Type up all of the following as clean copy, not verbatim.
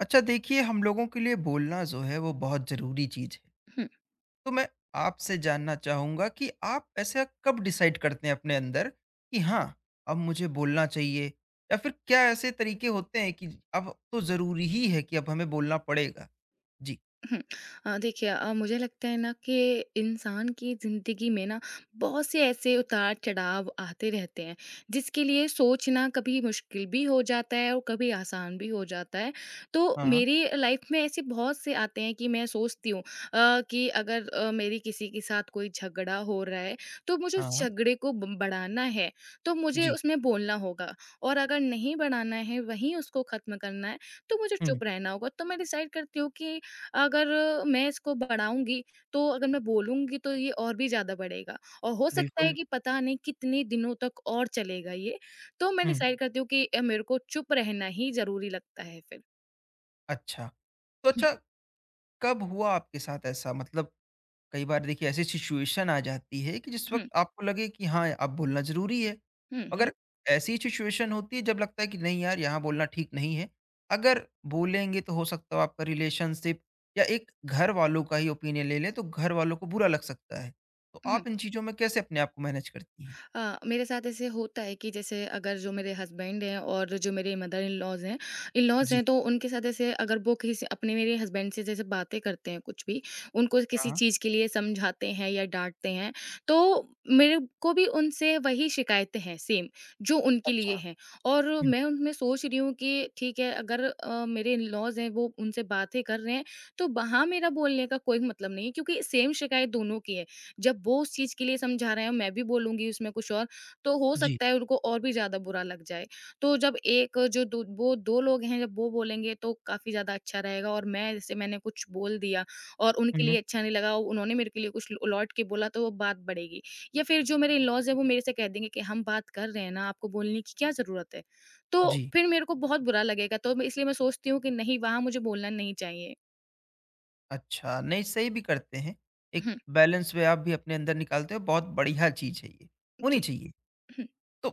अच्छा देखिए हम लोगों के लिए बोलना जो है वो बहुत ज़रूरी चीज़ है। हुँ, तो मैं आपसे जानना चाहूँगा कि आप ऐसा कब डिसाइड करते हैं अपने अंदर कि हाँ, अब मुझे बोलना चाहिए या फिर क्या ऐसे तरीके होते हैं कि अब तो ज़रूरी ही है कि अब हमें बोलना पड़ेगा? जी। हुँ। देखिए मुझे लगता है ना कि इंसान की ज़िंदगी में ना बहुत से ऐसे उतार-चढ़ाव आते रहते हैं, जिसके लिए सोचना कभी मुश्किल भी हो जाता है और कभी आसान भी हो जाता है। तो हाँ, मेरी लाइफ़ में ऐसे बहुत से आते हैं कि मैं सोचती हूँ कि अगर मेरी किसी के साथ कोई झगड़ा हो रहा है, तो मुझे उस हाँ। झगड़े को ब बढ़ाना है, तो मुझे जी। उसमें बोलना होगा और अगर नहीं बढ़ाना है, वहीं उसको ख़त्म करना है, तो मुझे हुँ, चुप रहना होगा। तो मैं डिसाइड करती हूँ कि अगर मैं इसको बढ़ाऊँगी, तो अगर मैं बोलूँगी तो ये और भी ज़्यादा बढ़ेगा और हो सकता है बिल्कुल। कि पता नहीं कितने दिनों तक और चलेगा ये। तो मैं हुँ, डिसाइड करती हूँ कि मेरे को चुप रहना ही ज़रूरी लगता है फिर। अच्छा। तो हुँ, अच्छा कब हुआ आपके साथ ऐसा मतलब कई बार देखिए ऐसी सिचुएशन आ जाती है कि जिस वक्त हुँ, आपको लगे कि हाँ अब बोलना जरूरी है, हुँ, हुँ, मगर ऐसी सिचुएशन होती है जब लगता है कि नहीं यार यहाँ बोलना ठीक नहीं है। अगर बोलेंगे तो हो सकता हो आपका रिलेशनशिप या एक घर वालों का ही ओपिनियन ले लें तो घर वालों को बुरा लग सकता है। तो हुँ। आप इन चीजों में कैसे अपने आप को मैनेज करती हैं? अ, मेरे साथ ऐसे होता है कि जैसे अगर जो मेरे हस्बैंड हैं और जो मेरे मदर इन लॉज़ हैं जी। तो उनके साथ ऐसे अगर वो किसी अपने मेरे हस्बैंड से जैसे बातें करते हैं कुछ भी, उनको किसी हाँ। चीज़ के लिए समझाते हैं या डाँटते हैं, तो मेरे को भी उनसे वही शिकायतें हैं सेम, जो उनके अच्छा। लिए हैं। और हम्म, मैं उनमें सोच रही हूँ कि ठीक है अगर मेरे इन लॉज़ हैं वो उनसे बातें कर रहे हैं, तो वहाँ मेरा बोलने का कोई मतलब नहीं है क्योंकि सेम शिकायत दोनों की है। जब वो उस चीज़ के लिए समझा रहे हैं, मैं भी बोलूँगी उसमें कुछ और, तो हो जी। सकता है उनको और भी ज़्यादा बुरा लग जाए। तो जब एक जो दो वो 2 लोग हैं, जब वो बोलेंगे तो काफ़ी ज़्यादा अच्छा रहेगा और मैं जैसे मैंने कुछ बोल दिया और उनके हम्म, लिए अच्छा नहीं लगा, उन्होंने मेरे के लिए कुछ ल लौट के बोला तो वो बात बढ़ेगी। या फिर जो मेरे इन-लॉज़ हैं, वो मेरे से कह देंगे कि हम बात कर रहे हैं ना, आपको बोलने की क्या ज़रूरत है? जी। तो फिर मेरे को बहुत बुरा लगेगा, तो मैं इसलिए मैं सोचती हूँ कि नहीं, वहाँ मुझे बोलना नहीं चाहिए। अच्छा, नहीं सही भी करते हैं। एक हुँ, बैलेंस वे आप भी अपने अंदर निकालते हो, बहुत बढ़िया चीज है ये, होनी जी। चाहिए। हुँ, तो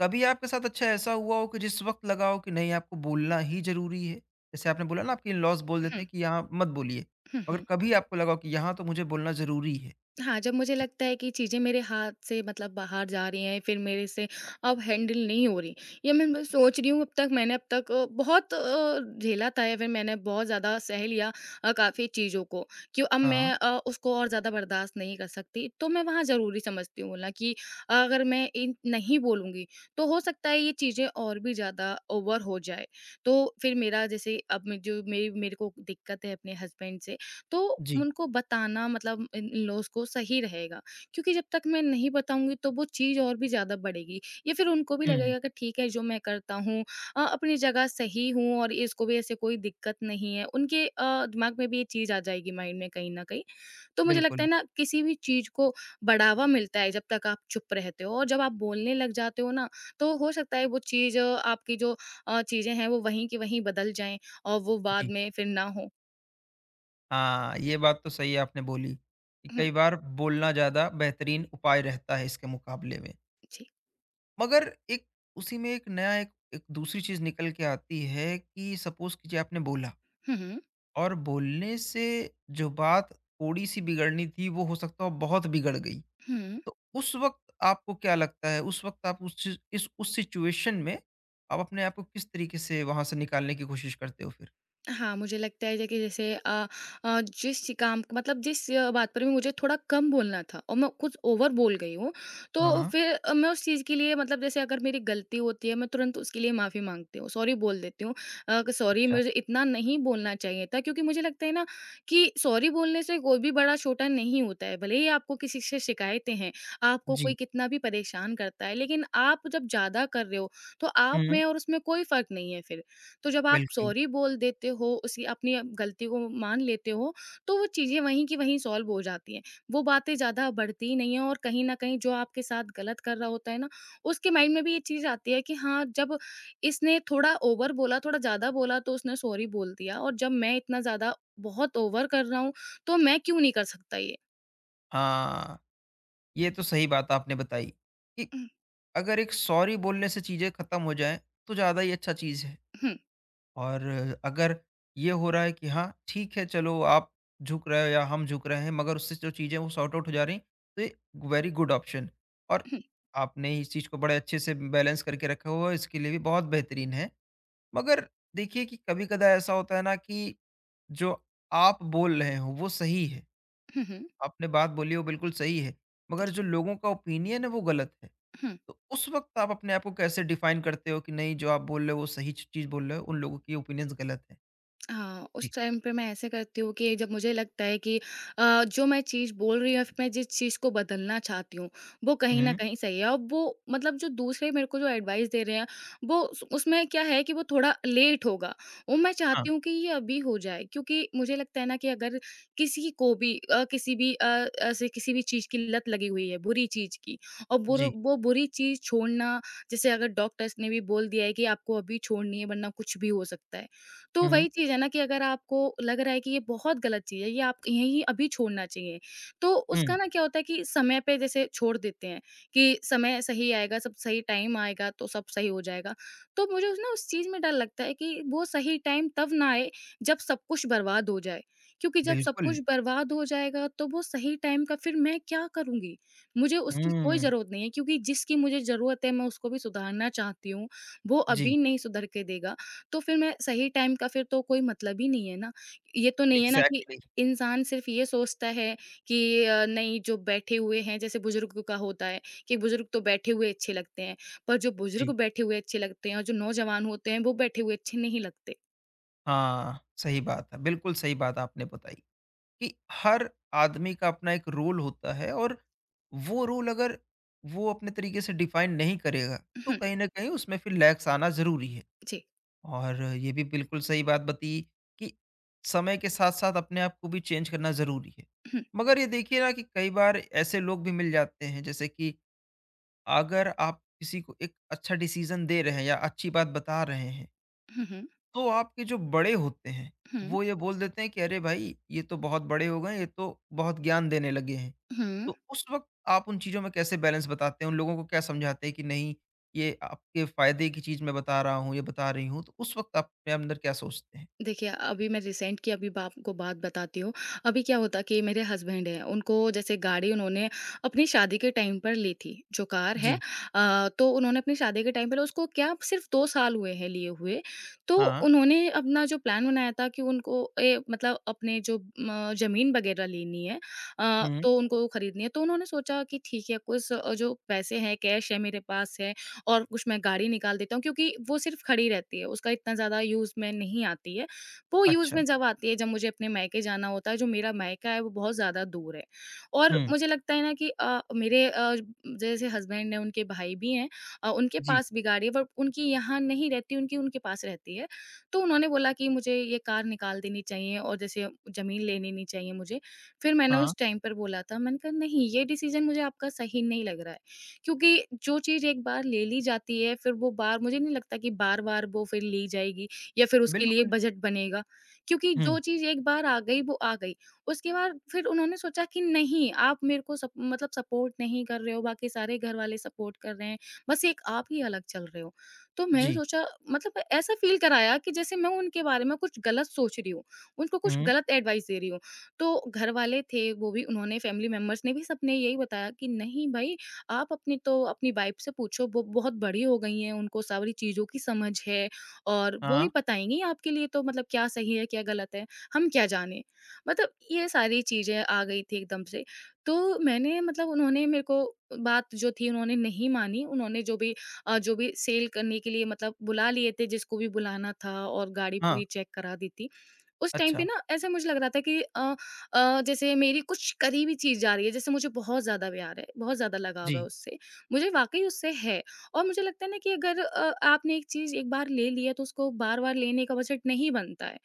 कभी आपके साथ अच्छा ऐसा हुआ हो कि जिस वक़्त लगा हो कि नहीं आपको बोलना ही ज़रूरी है? जैसे आपने बोला ना आपके इन-लॉज़ बोल हुँ, देते हैं कि यहाँ मत बोलिए, हुँ, मगर हुँ। कभी आपको लगा हो कि यहाँ तो मुझे बोलना ज़रूरी है? हाँ, जब मुझे जी। लगता है कि चीज़ें मेरे हाथ से मतलब बाहर जा रही हैं, फिर मेरे से अब हैंडल नहीं हो रही, या मैं सोच रही हूँ अब तक मैंने अब तक बहुत झेला था या फिर मैंने बहुत ज़्यादा सह लिया काफ़ी चीज़ों को कि अब हाँ। मैं उसको और ज़्यादा बर्दाश्त नहीं कर सकती। तो मैं वहाँ ज़रूरी समझती हूँ बोलना कि अगर मैं इन नहीं बोलूँगी, तो हो सकता है ये चीज़ें और भी ज़्यादा ओवर हो जाए। तो फिर मेरा जैसे अब मैं जो मेरी मेरे को दिक्कत है अपने हस्बैंड से तो जी। उनको बताना मतलब इन इन-लॉज़ को सही रहेगा क्योंकि जब तक मैं नहीं बताऊँगी तो वो चीज़ और भी ज़्यादा बढ़ेगी या फिर उनको भी हुँ, लगेगा कि ठीक है जो मैं करता हूँ अपनी जगह सही हूँ और इसको भी ऐसे कोई दिक्कत नहीं है। उनके दिमाग में भी ये चीज़ आ जाएगी माइंड में कहीं न कहीं। तो मुझे लगता बिल्कुल। है ना किसी भी चीज़ को बढ़ावा मिलता है जब तक आप चुप रहते हो और जब आप बोलने लग जाते हो ना तो हो सकता है वो चीज़ आपकी जो चीज़ें हैं वो वहीं की वहीं बदल जाएँ और वो जी। बाद में फिर ना हो। हाँ, ये बात तो सही आपने बोली कि हुँ, कई बार बोलना ज़्यादा बेहतरीन उपाय रहता है इसके मुकाबले में। जी। मगर एक उसी में एक नया एक एक दूसरी चीज़ निकल के आती है कि सपोज़ कीजिए आपने बोला हुँ, हुँ। और बोलने से जो बात थोड़ी-सी बिगड़नी थी, वो हो सकता है बहुत बिगड़ गई। हुँ। तो उस वक़्त आपको क्या लगता है, उस वक़्त आप उस चीज़ इस उस सिचुएशन में आप अपने आप को किस तरीके से वहाँ से निकालने की कोशिश करते हो फिर? हाँ, मुझे लगता है देखिए जैसे जिस काम मतलब जिस बात पर भी मुझे थोड़ा कम बोलना था और मैं कुछ ओवर बोल गई हूँ, तो हाँ, फिर मैं उस चीज़ के लिए मतलब जैसे अगर मेरी गलती होती है, मैं तुरंत उसके लिए माफ़ी माँगती हूँ, सॉरी बोल देती हूँ कि सॉरी अच्छा। मुझे इतना नहीं बोलना चाहिए था क्योंकि मुझे लगता है ना कि सॉरी बोलने से कोई भी बड़ा-छोटा नहीं होता है। भले ही आपको किसी से शिकायतें हैं, आपको जी। कोई कितना भी परेशान करता है, लेकिन आप जब ज़्यादा कर रहे हो, तो आप हुँ, में और उसमें कोई फ़र्क नहीं है फिर। तो जब आप बिल्कुल। सॉरी बोल देते हो, उसी अपनी गलती को मान लेते हो, तो वो चीज़ें वहीं की वहीं सॉल्व हो जाती हैं। वो बातें ज़्यादा बढ़ती ही नहीं हैं और कहीं न कहीं जो आपके साथ गलत कर रहा होता है ना, उसके माइंड में भी ये चीज़ आती है कि हाँ, जब इसने थोड़ा ओवर बोला, थोड़ा ज़्यादा बोला तो उसने सॉरी बोल दिया और जब मैं इतना ज़्यादा बहुत ओवर कर रहा हूँ, तो मैं क्यों नहीं कर सकता ये? हाँ, ये तो सही बात आपने बताई कि हुँ, अगर एक सॉरी बोलने से चीज़ें खत्म हो जाएँ, तो ज़्यादा ही अच्छा चीज़ है। हुँ, और अगर ये हो रहा है कि हाँ ठीक है चलो, आप झुक रहे हो या हम झुक रहे हैं, मगर उससे जो चीज़ें वो सॉर्ट आउट हो जा रही, तो ये वेरी गुड ऑप्शन। और हुँ, आपने इस चीज़ को बड़े अच्छे से बैलेंस करके रखा हुआ है, इसके लिए भी बहुत बेहतरीन है। मगर देखिए कि कभी कदा ऐसा होता है ना कि जो आप बोल रहे हो वो सही है, हुँ, हुँ, आपने बात बोली वो बिल्कुल सही है, मगर जी, जो लोगों का ओपिनियन है वो गलत है। हुँ। तो उस वक्त आप अपने आप को कैसे डिफाइन करते हो कि नहीं, जो आप बोल रहे हो वो सही चीज़ बोल रहे हो, उन लोगों की ओपिनियंस गलत है। हाँ, उस जी। टाइम पे मैं ऐसे करती हूँ कि जब मुझे लगता है कि जो मैं चीज़ बोल रही हूँ या फिर मैं जिस चीज़ को बदलना चाहती हूँ, वो कहीं न हुँ, कहीं सही है और वो मतलब जो दूसरे मेरे को जो एडवाइस दे रहे हैं, वो उस उसमें क्या है कि वो थोड़ा लेट होगा। वो मैं हाँ, चाहती हूँ कि ये अभी हो जाए क्योंकि मुझे लगता है ना कि अगर किसी को भी किसी भी ऐसे किसी भी चीज़ की लत लगी हुई है, बुरी चीज़ की और बुर जी। वो बुरी चीज़ छोड़ना जैसे अगर डॉक्टर्स ने भी बोल दिया है कि आपको अभी छोड़नी है वरना कुछ भी हो सकता है। तो हुँ, वही चीज़ है ना कि अगर आपको लग रहा है कि ये बहुत गलत चीज़ है, ये आप यहीं अभी छोड़ना चाहिए, तो उसका हुँ, ना क्या होता है कि समय पे जैसे छोड़ देते हैं कि समय सही आएगा, सब सही टाइम आएगा तो सब सही हो जाएगा। तो मुझे उस चीज़ में डर लगता है कि वो सही टाइम तब ना आए जब सब कुछ बर्बाद हो जाए, क्योंकि जब सब बिल्कुल। कुछ बर्बाद हो जाएगा तो वो सही टाइम का फिर मैं क्या करूँगी? मुझे उसकी कोई हुँ, ज़रूरत नहीं है क्योंकि जिसकी मुझे ज़रूरत है मैं उसको भी सुधारना चाहती हूँ, वो जी, अभी नहीं सुधर के देगा। तो फिर मैं सही टाइम का फिर तो कोई मतलब ही नहीं है ना। ये तो नहीं है ना कि एग्ज़ैक्टली, इंसान सिर्फ़ ये सोचता है कि नहीं जो बैठे हुए हैं जैसे बुज़ुर्ग का होता है कि बुज़ुर्ग तो बैठे हुए अच्छे लगते हैं, पर जो बुज़ुर्ग जी। बैठे हुए अच्छे लगते हैं और जो नौजवान होते हैं वो बैठे हुए अच्छे नहीं लगते। हाँ, सही बात है, बिल्कुल सही बात आपने बताई कि हर आदमी का अपना एक रोल होता है, और वो रोल अगर वो अपने तरीके से डिफ़ाइन नहीं करेगा, तो हम्म, कहीं न कहीं उसमें फिर लैग्स आना ज़रूरी है। जी। और ये भी बिल्कुल सही बात बताई कि समय के साथ-साथ अपने आप को भी चेंज करना ज़रूरी है। हुँ, मगर ये देखिए ना कि कई बार ऐसे लोग भी मिल जाते हैं जैसे कि अगर आप किसी को एक अच्छा डिसीजन दे रहे हैं या अच्छी बात बता रहे हैं, हुँ, हुँ, तो आपके जो बड़े होते हैं, हुँ, वो ये बोल देते हैं कि अरे भाई! ये तो बहुत बड़े हो गए, ये तो बहुत ज्ञान देने लगे हैं। हुँ। तो उस वक़्त आप उन चीज़ों में कैसे बैलेंस बताते हैं? उन लोगों को क्या समझाते हैं कि नहीं, ये आपके फ़ायदे की चीज़ मैं बता रहा हूँ, ये बता रही हूँ? तो उस वक़्त आप अपने अंदर क्या सोचते हैं? देखिए, अभी मैं रिसेंट की अभी बा आपको बात बताती हूँ। अभी क्या होता कि मेरे हस्बैंड हैं, उनको जैसे गाड़ी उन्होंने अपनी शादी के टाइम पर ली थी, जो कार है जी। तो उन्होंने अपनी शादी के टाइम पर उसको क्या सिर्फ़ 2 साल हुए हैं लिए हुए। तो हाँ। उन्होंने अपना जो प्लान बनाया था कि उनको ए मतलब अपने जो म ज़मीन वग़ैरह लेनी है हुँ। तो उनको खरीदनी है। तो उन्होंने सोचा कि ठीक है, कुछ जो पैसे हैं, कैश है मेरे पास है और कुछ मैं गाड़ी निकाल देता हूँ क्योंकि वो सिर्फ़ खड़ी रहती है, उसका इतना ज़्यादा यूज़ में नहीं आती है। वो यूज़ अच्छा। में जब आती है जब मुझे अपने मायके जाना होता है, जो मेरा मायका है वो बहुत ज़्यादा दूर है। और हुँ। मुझे लगता है ना कि मेरे जैसे हस्बैंड हैं उनके भाई भी हैं उनके जी। पास भी गाड़ी है बट उनकी यहाँ नहीं रहती, उनकी उनके पास रहती है। तो उन्होंने बोला कि मुझे ये कार निकाल देनी चाहिए और जैसे ज़मीन ले लेनी चाहिए मुझे। फिर मैंने हाँ। उस टाइम पर बोला था मैंने कहा नहीं ये डिसीज़न मुझे आपका सही नहीं लग रहा है। क्योंकि जो चीज़ एक बार ले ली जाती है फिर वो बार मुझे नहीं लगता कि बार-बार वो फिर ली जाएगी या फिर उसके लिए बिल्कुल। बजट बनेगा। क्योंकि जो हुँ। चीज़ एक बार आ गई वो आ गई। उसके बाद फिर उन्होंने सोचा कि नहीं आप मेरे को सप मतलब सपोर्ट नहीं कर रहे हो, बाकी सारे घर वाले सपोर्ट कर रहे हैं, बस एक आप ही अलग चल रहे हो। तो मैंने जी। सोचा मतलब ऐसा फ़ील कराया कि जैसे मैं उनके बारे में कुछ गलत सोच रही हूँ, उनको कुछ हुँ। गलत एडवाइस दे रही हूँ। तो घर वाले थे वो भी उन्होंने फैमिली मेंबर्स ने भी सबने यही बताया कि नहीं भाई आप अपनी तो अपनी वाइफ से पूछो वो बहुत बड़ी हो गई हैं, उनको सारी चीज़ों की समझ है। और वो ही हाँ। बताएँगी आपके लिए तो मतलब क्या सही है, क्या गलत है, हम क्या जानें। मतलब ये सारी चीज़ें आ गई थी एकदम से। तो मैंने मतलब उन्होंने मेरे को बात जो थी उन्होंने नहीं मानी। उन्होंने जो भी जो भी सेल करने के लिए मतलब बुला लिए थे जिसको भी बुलाना था और गाड़ी हाँ। पूरी चेक करा दी थी। उस टाइम अच्छा। पे ना ऐसा मुझे लग रहा था कि जैसे मेरी कुछ करीबी चीज़ जा रही है, जैसे मुझे बहुत ज़्यादा प्यार है, बहुत ज़्यादा लगाव है जी। उससे। मुझे वाक़ई उससे है। और मुझे लगता है ना कि अगर आपने एक चीज़ एक बार ले ली है, तो उसको बार-बार लेने का बजट नहीं बनता है।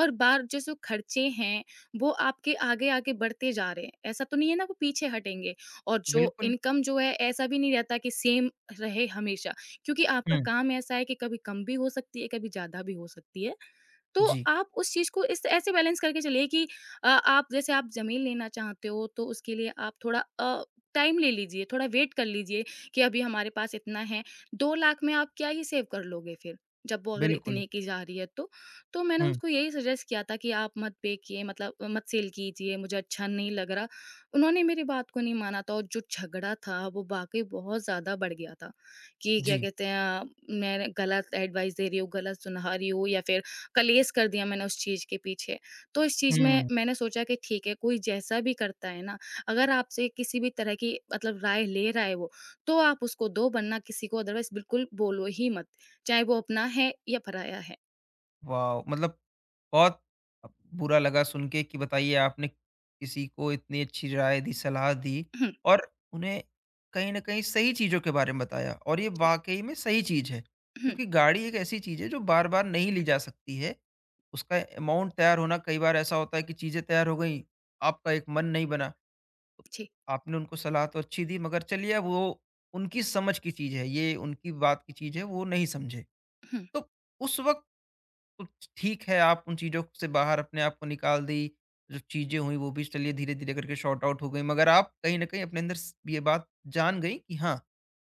और बार जैसे खर्चे हैं, वो आपके आगे-आगे बढ़ते जा रहे हैं। ऐसा तो नहीं है ना वो पीछे हटेंगे। और जो बिल्कुल। इनकम जो है, ऐसा भी नहीं रहता कि सेम रहे हमेशा, क्योंकि आपका हुँ। काम ऐसा है कि कभी कम भी हो सकती है, कभी ज़्यादा भी हो सकती है। तो जी, आप उस चीज़ को इस ऐसे बैलेंस करके चलिए कि आप जैसे आप ज़मीन लेना चाहते हो, तो उसके लिए आप थोड़ा टाइम ले लीजिए, थोड़ा वेट कर लीजिए कि अभी हमारे पास इतना है, 2 लाख में आप क्या ही सेव कर लोगे फिर? जब वो अगर बिल्कुल। इतने की जा रही है तो। तो मैंने हुँ, उनको यही सजेस्ट किया था कि आप मत पे किए मतलब मत सेल कीजिए, मुझे अच्छा नहीं लग रहा। उन्होंने मेरी बात को नहीं माना था, और जो झगड़ा था वो वाक़ई बहुत ज़्यादा बढ़ गया था कि क्या जी। कहते हैं मैं गलत एडवाइस दे रही हूँ, गलत सुना रही हूँ, या फिर कलेश कर दिया मैंने उस चीज़ के पीछे। तो इस चीज़ में हुँ, मैंने सोचा कि ठीक है, कोई जैसा भी करता है ना, अगर आपसे किसी भी तरह की मतलब राय ले रहा है वो, तो आप उसको दो, वरना किसी को अदरवाइज़ बिल्कुल बोलो ही मत, चाहे वो अपना है या पराया है। वॉव! मतलब बहुत अ, बुरा लगा सुन के कि बताइए आपने किसी को इतनी अच्छी राय दी, सलाह दी, हम्म, और उन्हें कहीं न कहीं सही चीज़ों के बारे में बताया, और ये जी। वाक़ई में सही चीज़ है। हम्म, क्योंकि गाड़ी एक ऐसी चीज़ है जो बार-बार नहीं ली जा सकती है। उसका अमाउंट तैयार होना, कई बार ऐसा होता है कि चीज़ें तैयार हो गईं, आपका एक मन नहीं बना। तो जी। आपने उनको सलाह तो अच्छी दी, मगर चलिए अब वो उनकी समझ की चीज़ है, ये उनकी बात की चीज़ है, वो नहीं समझे। हम्म, तो उस वक़्त कुछ ठीक है, आप उन चीज़ों से बाहर अपने आप को निकाल दी, जो चीज़ें हुईं वो भी चलिए धीरे-धीरे करके सॉर्ट आउट हो गई, मगर आप कहीं न कहीं अपने अंदर स ये बात जान गई कि हाँ,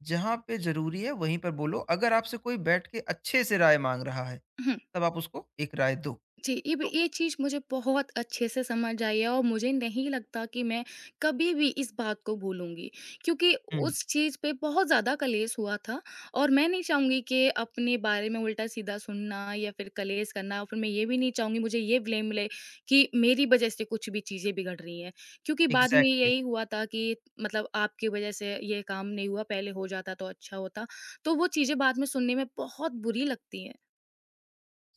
जहाँ पे ज़रूरी है वहीं पर बोलो, अगर आपसे कोई बैठ के अच्छे से राय माँग रहा है, हम्म। तब आप उसको एक राय दो। जी, ये ब तो ये चीज़ मुझे बहुत अच्छे से समझ आई है, और मुझे नहीं लगता कि मैं कभी भी इस बात को भूलूँगी, क्योंकि हुँ, उस चीज़ पे बहुत ज़्यादा कलेश हुआ था। और मैं नहीं चाहूँगी कि अपने बारे में उल्टा-सीधा सुनना या फिर कलेश करना, और फिर मैं ये भी नहीं चाहूँगी मुझे ये ब्लेम मिले कि मेरी वज़ह से कुछ भी चीज़ें बिगड़ रही हैं। क्योंकि बाद में एग्ज़ैक्टली। यही हुआ था कि मतलब आपकी वज़ह से ये काम नहीं हुआ, पहले हो जाता तो अच्छा होता। तो वो चीज़ें बाद में सुनने में बहुत बुरी लगती हैं।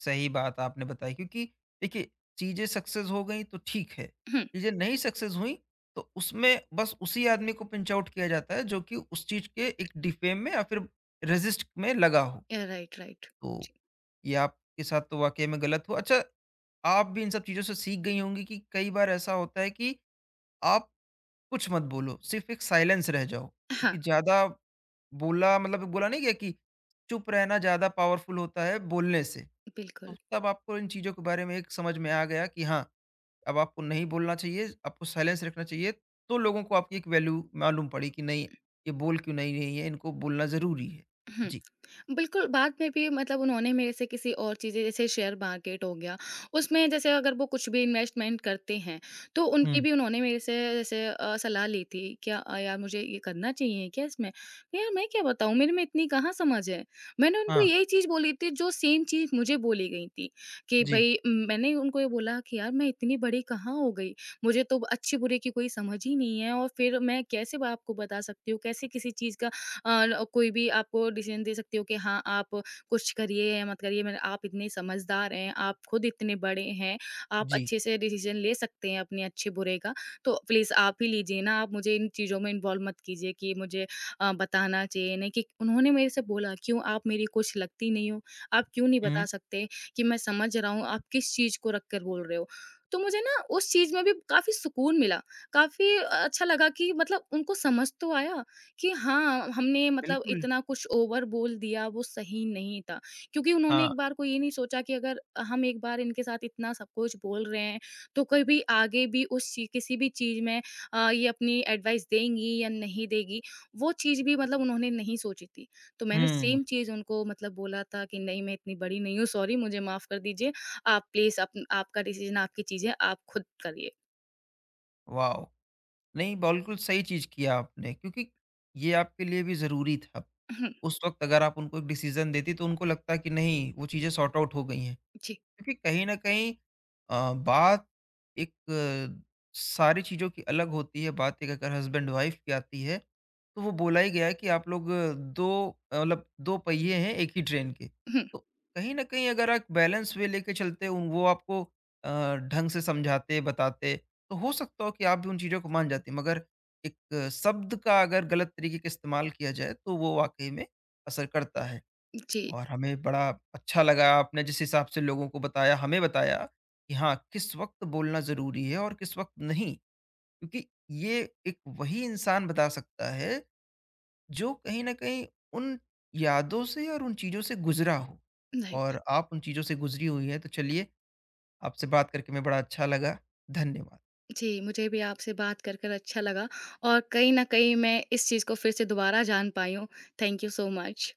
सही बात आपने बताई, क्योंकि देखिए, चीजें सक्सेस हो गई तो ठीक है, हुँ, चीजें नहीं सक्सेस हुई तो उसमें बस उसी आदमी को पिंच आउट किया जाता है जो कि उस चीज के एक डिफेम में या फिर रेजिस्ट में लगा हो। Right, right. तो जी, ये आपके साथ तो वाकई में गलत हुआ। अच्छा, आप भी इन सब चीजों से सीख गई होंगी कि कई बार ऐसा होता है कि आप कुछ मत बोलो, सिर्फ एक साइलेंस रह जाओ, क्योंकि हाँ। ज्यादा बोला मतलब बोला नहीं गया, कि चुप रहना ज्यादा पावरफुल होता है बोलने से। तो बिल्कुल। तब आपको इन चीज़ों के बारे में एक समझ में आ गया कि हाँ, अब आपको नहीं बोलना चाहिए, आपको साइलेंस रखना चाहिए, तो लोगों को आपकी एक वैल्यू मालूम पड़ी कि नहीं, ये बोल क्यों नहीं रही है, इनको बोलना ज़रूरी है। जी। बिल्कुल। बाद में भी मतलब उन्होंने मेरे से किसी और चीज़ें जैसे शेयर मार्केट हो गया, उसमें जैसे अगर वो कुछ भी इन्वेस्टमेंट करते हैं, तो उनकी हुँ। भी उन्होंने मेरे से जैसे सलाह ली थी, क्या यार मुझे ये करना चाहिए क्या इसमें? तो यार, मैं क्या बताऊँ, मेरे में इतनी कहाँ समझ है। मैंने हाँ, उनको यही चीज़ बोली थी जो सेम चीज़ मुझे बोली गई थी कि जी, भई, मैंने उनको ये बोला कि यार मैं इतनी बड़ी कहाँ हो गई? मुझे तो अच्छी-बुरे की कोई समझ ही नहीं है, और फिर मैं कैसे ब आपको बता सकती हूँ, कैसे किसी चीज़ का अ, ल कोई भी आपको डिसीजन दे सकती हो कि हाँ, आप कुछ करिए या मत करिए। मगर आप इतने समझदार हैं, आप खुद इतने बड़े हैं, आप जी। अच्छे से डिसीजन ले सकते हैं अपने अच्छे-बुरे का। तो प्लीज़ आप ही लीजिए ना, आप मुझे इन चीज़ों में इन्वॉल्व मत कीजिए कि मुझे बताना चाहिए नहीं, कि उन्होंने मेरे से बोला, "क्यों आप मेरी कुछ लगती नहीं हो? आप क्यों नहीं हुँ। बता सकते कि मैं समझ रहा हूँ, आप किस चीज़ को रख कर बोल रहे हो?" तो मुझे ना उस चीज़ में भी काफ़ी सुकून मिला। काफ़ी अच्छा लगा कि मतलब उनको समझ तो आया कि हाँ, हमने मतलब बिल्कुल, इतना कुछ ओवर बोल दिया, वो सही नहीं था। क्योंकि उन्होंने हाँ। एक बार को ये नहीं सोचा कि अगर हम एक बार इनके साथ इतना सब कुछ बोल रहे हैं, तो कभी आगे भी उस ची किसी भी चीज़ में ये अपनी एडवाइस देंगी या नहीं देगी, वो चीज़ भी मतलब उन्होंने नहीं सोची थी। तो मैंने हुँ। सेम चीज़ उनको मतलब बोला था कि नहीं, मैं इतनी बड़ी नहीं हूँ, सॉरी मुझे माफ़ कर दीजिए। आप प्लीज़ आप आपका डिसीज़न, आपकी चीज़ें आप खुद करिए। वॉव! नहीं, बिल्कुल सही चीज़ किया आपने, क्योंकि ये आपके लिए भी ज़रूरी था। हम्म, उस वक़्त अगर आप उनको एक डिसीज़न देती, तो उनको लगता कि नहीं, वो चीज़ें सॉर्ट आउट हो गई हैं। जी। क्योंकि कहीं न कहीं बात एक अ, सारी चीज़ों की अलग होती है, बात एक अगर हस्बैंड-वाइफ की आती है, तो वो बोला ही गया है कि आप लोग 2 2 पहिए हैं एक ही ट्रेन के। हम्म, तो कहीं न कहीं अगर आप बैलेंस वे लेके चलते उन वो आपको ढंग से समझाते, बताते, तो हो सकता हो कि आप भी उन चीज़ों को मान जाती। मगर एक शब्द का अगर गलत तरीके का इस्तेमाल किया जाए, तो वो वाक़ई में असर करता है। जी, और हमें बड़ा अच्छा लगा आपने जिस हिसाब से लोगों को बताया, हमें बताया कि हाँ, किस वक़्त बोलना ज़रूरी है और किस वक़्त नहीं। क्योंकि ये एक वही इंसान बता सकता है जो कहीं न कहीं उन यादों से और उन चीज़ों से गुज़रा हो, नहीं। और आप उन चीज़ों से गुज़री हुई हैं। तो चलिए, आपसे बात करके मैं बड़ा अच्छा लगा। धन्यवाद। जी, मुझे भी आपसे बात कर कर अच्छा लगा, और कहीं न कहीं मैं इस चीज़ को फिर से दोबारा जान पाई हूँ। Thank you so much.